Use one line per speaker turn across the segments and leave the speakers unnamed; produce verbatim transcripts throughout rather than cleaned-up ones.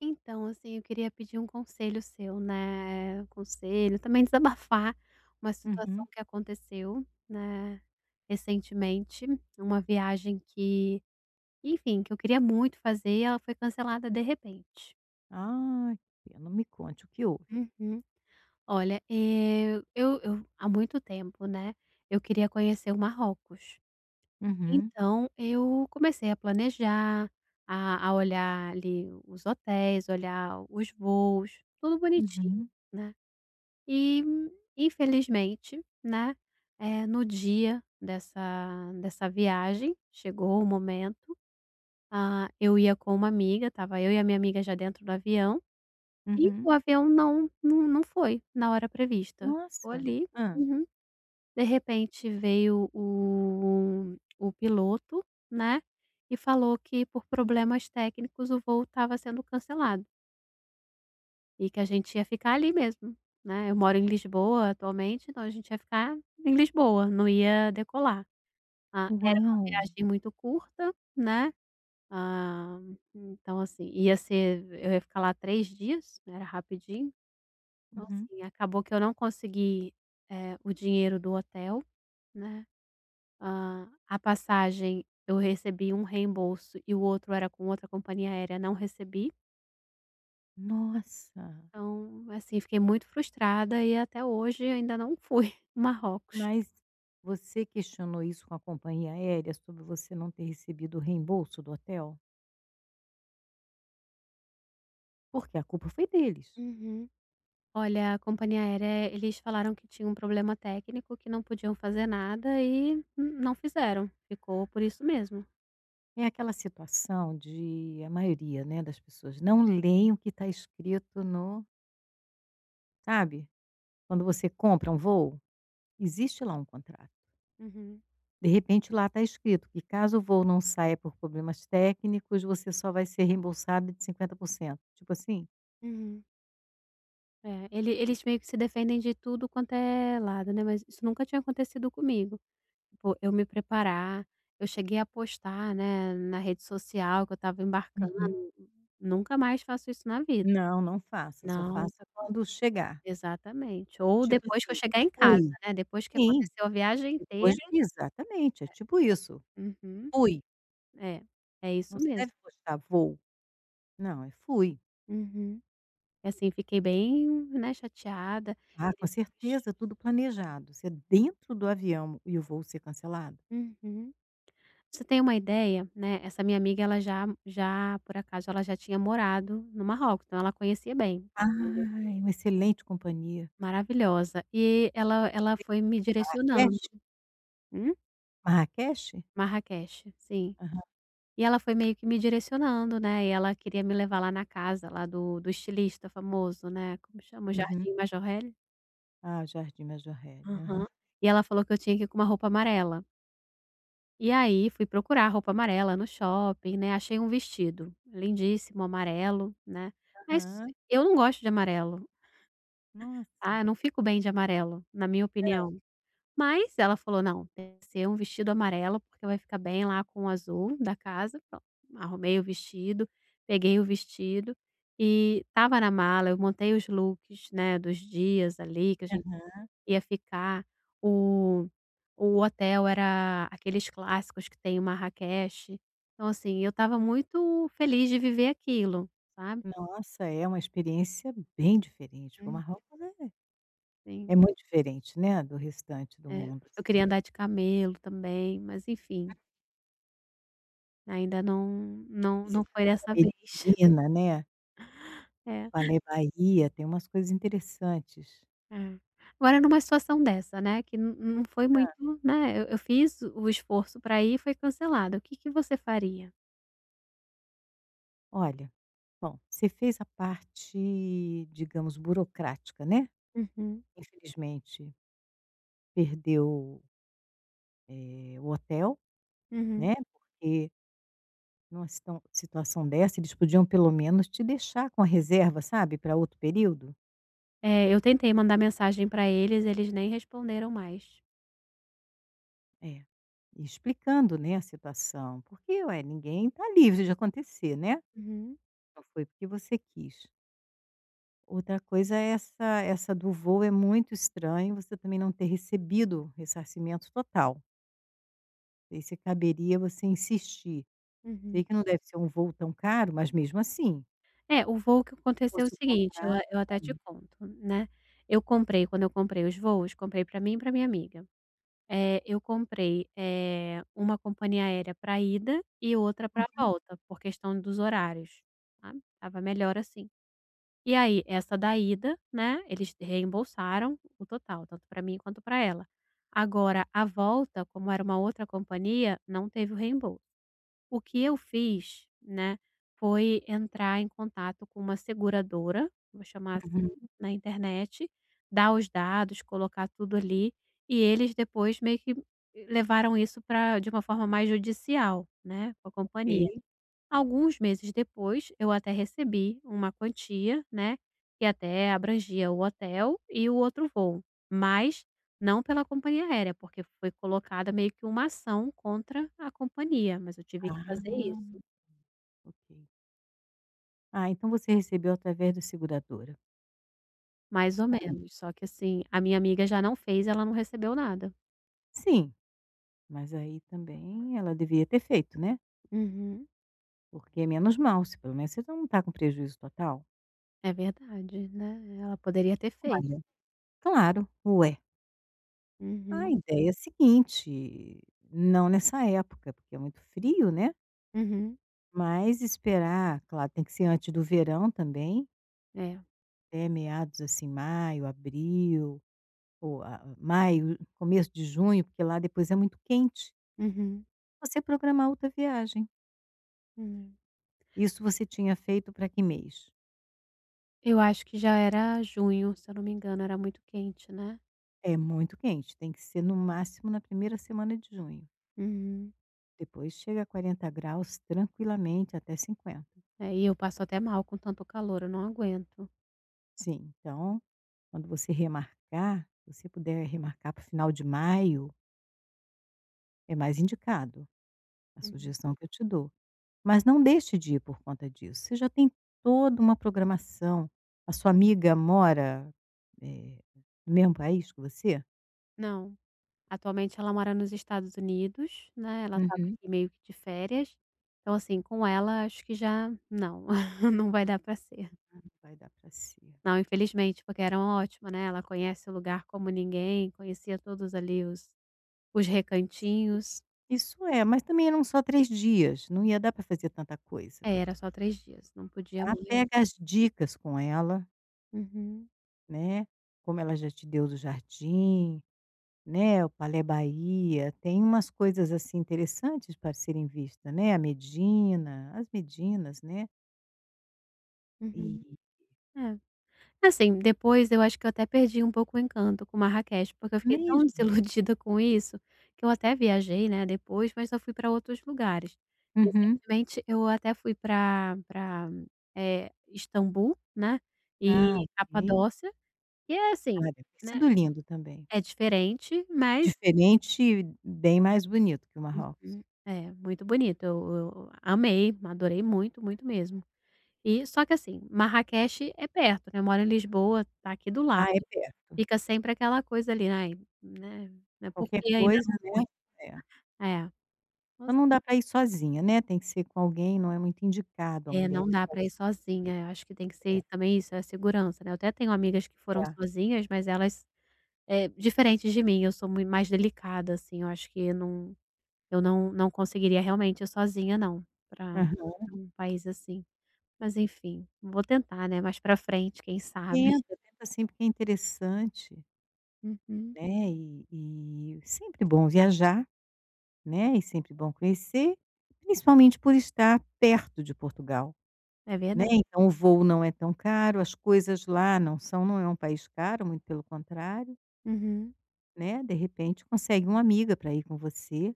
Então, assim, eu queria pedir um conselho seu, né, um conselho, também desabafar uma situação
Uhum.
que aconteceu, né, recentemente, uma viagem que, enfim, que eu queria muito fazer e ela foi cancelada de repente.
Ai, que pena. Me conte o que houve.
Uhum. Olha, eh, eu eu há muito tempo, né, eu queria conhecer o Marrocos.
Uhum,
Então eu comecei a planejar, a a olhar ali os hotéis, olhar os voos, tudo bonitinho,
uhum,
né. E infelizmente, né, eh, no dia dessa dessa viagem, chegou o momento, ah, eu ia com uma amiga, estava eu e a minha amiga já dentro do avião, e
uhum.
o avião não não não foi na hora prevista, ficou
Nossa.
ali.
Hã.
Uhum. De repente veio o o piloto, né, e falou que por problemas técnicos o voo estava sendo cancelado. E que a gente ia ficar ali mesmo, né. Eu moro em Lisboa atualmente, então a gente ia ficar em Lisboa, não ia decolar. Ah, era uma
Uau!
viagem muito curta, né, ah, então assim, ia ser eu ia ficar lá três dias, né, era rapidinho. Então
Uhum.
assim, acabou que eu não consegui, eh, o dinheiro do hotel, né, ah, a passagem eu recebi um reembolso e o outro era com outra companhia aérea, não recebi.
Nossa.
Então, assim, fiquei muito frustrada e até hoje ainda não fui ao Marrocos.
Mas você questionou isso com a companhia aérea sobre você não ter recebido o reembolso do hotel? Porque a culpa foi deles.
Uhum. Olha, a companhia aérea, eles falaram que tinha um problema técnico, que não podiam fazer nada e n não fizeram, ficou por isso mesmo.
É aquela situação de a maioria, né, das pessoas não leem o que está escrito no sabe, quando você compra um voo, existe lá um contrato.
Uhum,
De repente, lá está escrito que caso o voo não saia por problemas técnicos, você só vai ser reembolsado de cinquenta por cento. Tipo assim?
uhum. É, ele eles meio que se defendem de tudo quanto é lado, né, mas isso nunca tinha acontecido comigo. Tipo, eu me preparar, eu cheguei a postar, né, na rede social que eu estava embarcando,
Uhum.
nunca mais faço isso na vida.
Não, não faça, só
Não.
faça quando chegar.
Exatamente. Ou
Tipo
depois que eu
assim,
chegar em casa,
fui.
né, depois que
Sim,
aconteceu a viagem
depois
inteira.
exatamente, é tipo isso.
Uhum.
Fui.
É, é
Não
isso
se deve
mesmo.
postar voo. Não, é fui.
Uhum. E assim, fiquei bem, né, chateada
Ah,
e
com
depois.
certeza, tudo planejado. Ser dentro do avião e o voo ser cancelado.
Uhum. Você tem uma ideia, né, essa minha amiga ela já já por acaso, ela já tinha morado no Marrocos, então ela conhecia bem, estava indo
Ai, uma excelente companhia.
maravilhosa. E ela ela foi me
Onde? Marrakech?
direcionando. Hum?
Marrakech?
Marraqueche, sim.
Aham.
E ela foi meio que me direcionando, né, e ela queria me levar lá na casa lá do do estilista famoso, né, como chama? O
Uhum.
Jardim Majorelle?
Ah, o Jardim Majorelle. Aham,
Aham. E ela falou que eu tinha que ir com uma roupa amarela. E aí fui procurar roupa amarela no shopping, né, achei um vestido lindíssimo, amarelo, né, mas
aham.
eu não gosto de amarelo, ah,
Nossa.
eu não fico bem de amarelo, na minha opinião. Mas ela falou: "Não, tem que ser um vestido amarelo, porque vai ficar bem lá com o azul da casa". Pronto, arrumei o vestido, peguei o vestido e estava na mala, eu montei os looks, né, dos dias ali que a gente
Aham.
ia ficar. O o hotel era aqueles clássicos que tem em Marrakech. Então, assim, eu estava muito feliz de viver aquilo, sabe.
Nossa, é uma experiência bem diferente, porque o
Hum.
Marrocos é
Sim,
é muito diferente, né, do restante do
é.
mundo,
Eu queria
assim.
andar de camelo também, mas enfim. Ainda não não não
Visitar
foi
aquela
dessa vez.
Medina, né,
É,
Palé Bahia, tem umas coisas interessantes.
é. Agora numa situação dessa, né, que não não foi muito, né, eu eu fiz o esforço para ir e foi cancelado, o que que você faria?
Olha, bom, você fez a parte, digamos, burocrática, né,
Uhum,
infelizmente perdeu, eh, o hotel,
uhum.
né, porque Numa situa situação dessa, eles podiam pelo menos te deixar com a reserva, sabe, para outro período.
É, eu tentei mandar mensagem para eles, eles nem responderam mais.
É. E explicando, né, a situação, porque, ué, ninguém está livre de acontecer, né?
Uhum,
Não foi porque você quis. Outra coisa é essa essa do voo, é muito estranho você também não ter recebido ressarcimento total. Aí se caberia você insistir.
uhum.
Sei que não deve ser um voo tão caro, mas mesmo assim,
É, o voo que
se
aconteceu é o
fosse o
seguinte, eu a-
contrário.
eu até te conto, né, eu comprei quando eu comprei os voos, comprei para mim e para minha amiga. Eh, eu comprei, eh, uma companhia aérea pra ida e outra pra volta, por questão dos horários, sabe, estava melhor assim. E aí, essa da ida, né, eles reembolsaram o total, tanto para mim quanto para ela. Agora a volta, como era uma outra companhia, não teve o reembolso. O que eu fiz, né, foi entrar em contato com uma seguradora, vou chamar assim,
Uhum,
na internet, dar os dados, colocar tudo ali, e eles depois meio que eh, levaram isso para de uma forma mais judicial, né, com a companhia.
ok.
Alguns meses depois, eu até recebi uma quantia, né, que até abrangia o hotel e o outro voo, mas não pela companhia aérea, porque foi colocada meio que uma ação contra a companhia, mas eu tive que fazer
Ah,
isso,
ok. Ah, então você recebeu através da seguradora.
mais ou menos. Só que assim, a minha amiga já não fez, ela não recebeu nada.
Sim, mas aí também ela devia ter feito, né?
Uhum,
Porque é menos mal, se pelo menos você não está com prejuízo total.
é verdade, né? Ela poderia ter feito.
Olha. Claro, ué. A
Uhum,
ideia é a seguinte, não nessa época, porque é muito frio, né?
uhum,
Mas esperar, claro, tem que ser antes do verão também,
é,
até meados assim, maio, abril, ou a- maio, começo de junho, porque lá depois é muito quente.
uhum,
Você programar outra viagem.
uhum.
Isso você tinha feito para que mês?
Eu acho que já era junho, se eu não me engano, era muito quente, né?
É muito quente, tem que ser no máximo na primeira semana de junho.
Uhum.
Depois chega a quarenta graus tranquilamente até cinquenta.
É, e eu passo até mal com tanto calor, eu não aguento.
Sim, então quando você remarcar, se você puder remarcar para o final de maio, é mais indicado, a
Uhum.
sugestão que eu te dou. Mas não deixe de ir por conta disso, você já tem toda uma programação. A sua amiga mora, eh, no mesmo país que você?
Não, atualmente ela mora nos Estados Unidos, né, ela estava
Uhum.
aqui meio que de férias, então, assim, com ela acho que já não, não vai dar para ser.
Não vai dar para ser.
Não, infelizmente, porque era ótima, né, ela conhece o lugar como ninguém, conhecia todos ali os os recantinhos.
Isso é, mas também eram só três dias, não ia dar para fazer tanta coisa,
É, era só três dias, não podia
tá.
mais.
Pega as dicas com ela,
Uhum,
né, como ela já te deu do jardim, né, o Palé Bahia, tem umas coisas, assim, interessantes para serem vistas, né, a Medina, as Medinas, né. E
uhum. É. Assim, depois eu acho que eu até perdi um pouco o encanto com Marrakech, porque eu
é
fiquei tão
mesmo?
desiludida com isso, que eu até viajei, né, depois, mas eu fui para outros lugares.
Uhum.
Recentemente eu até fui para para eh, Istambul, né, e
Ah, ok.
Capadócia, e é
Ah,
assim,
deve ter
né,
sido lindo também.
é diferente, mas
Diferente, bem mais bonito que o Marrocos.
hum, é muito bonito. Eu eu amei, adorei muito, muito mesmo. E só que assim, Marrakech é perto, né, eu moro em Lisboa, tá aqui do
Ah,
lado.
é perto.
Fica sempre aquela coisa ali, "Ai, né, né, por
Qualquer
que ainda
coisa,
não
né.
foi?"
É.
É, com
Então
cer
não dá para ir sozinha, né, tem que ser com alguém, não é muito indicado a
é,
mulher
não
ir
dá pra ir
sozinha.
sozinha, eu acho que tem que
É,
ser também isso, é segurança, né. Eu até tenho amigas que
é.
foram
É.
sozinhas, mas elas, eh, diferentes de mim, eu sou mui mais delicada, assim, eu acho que não eu não não conseguiria realmente ir sozinha não, pra
Aham.
pra um país assim. Mas enfim, vou tentar, né, mais pra frente, quem sabe.
Tenta, tenta sempre que é interessante,
Uhum.
né, e e sempre bom viajar, né, e sempre bom conhecer, principalmente por estar perto de Portugal,
É
né,
verdade.
então o voo não é tão caro, as coisas lá não são não é um país caro, muito pelo contrário,
Uhum,
né, de repente consegue uma amiga para ir com você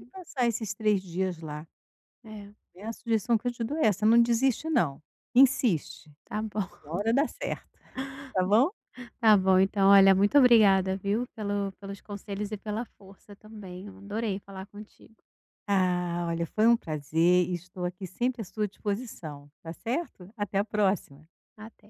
e passar esses três dias lá.
É,
É a sugestão que eu te dou é essa, não desiste não, insiste,
tá bom.
uma hora dá certo, tá bom?
Tá bom, então, olha, muito obrigada, viu, pelo pelos conselhos e pela força também. Eu adorei falar contigo.
Ah, olha, foi um prazer e estou aqui sempre à sua disposição, tá certo? Até a próxima.
Até.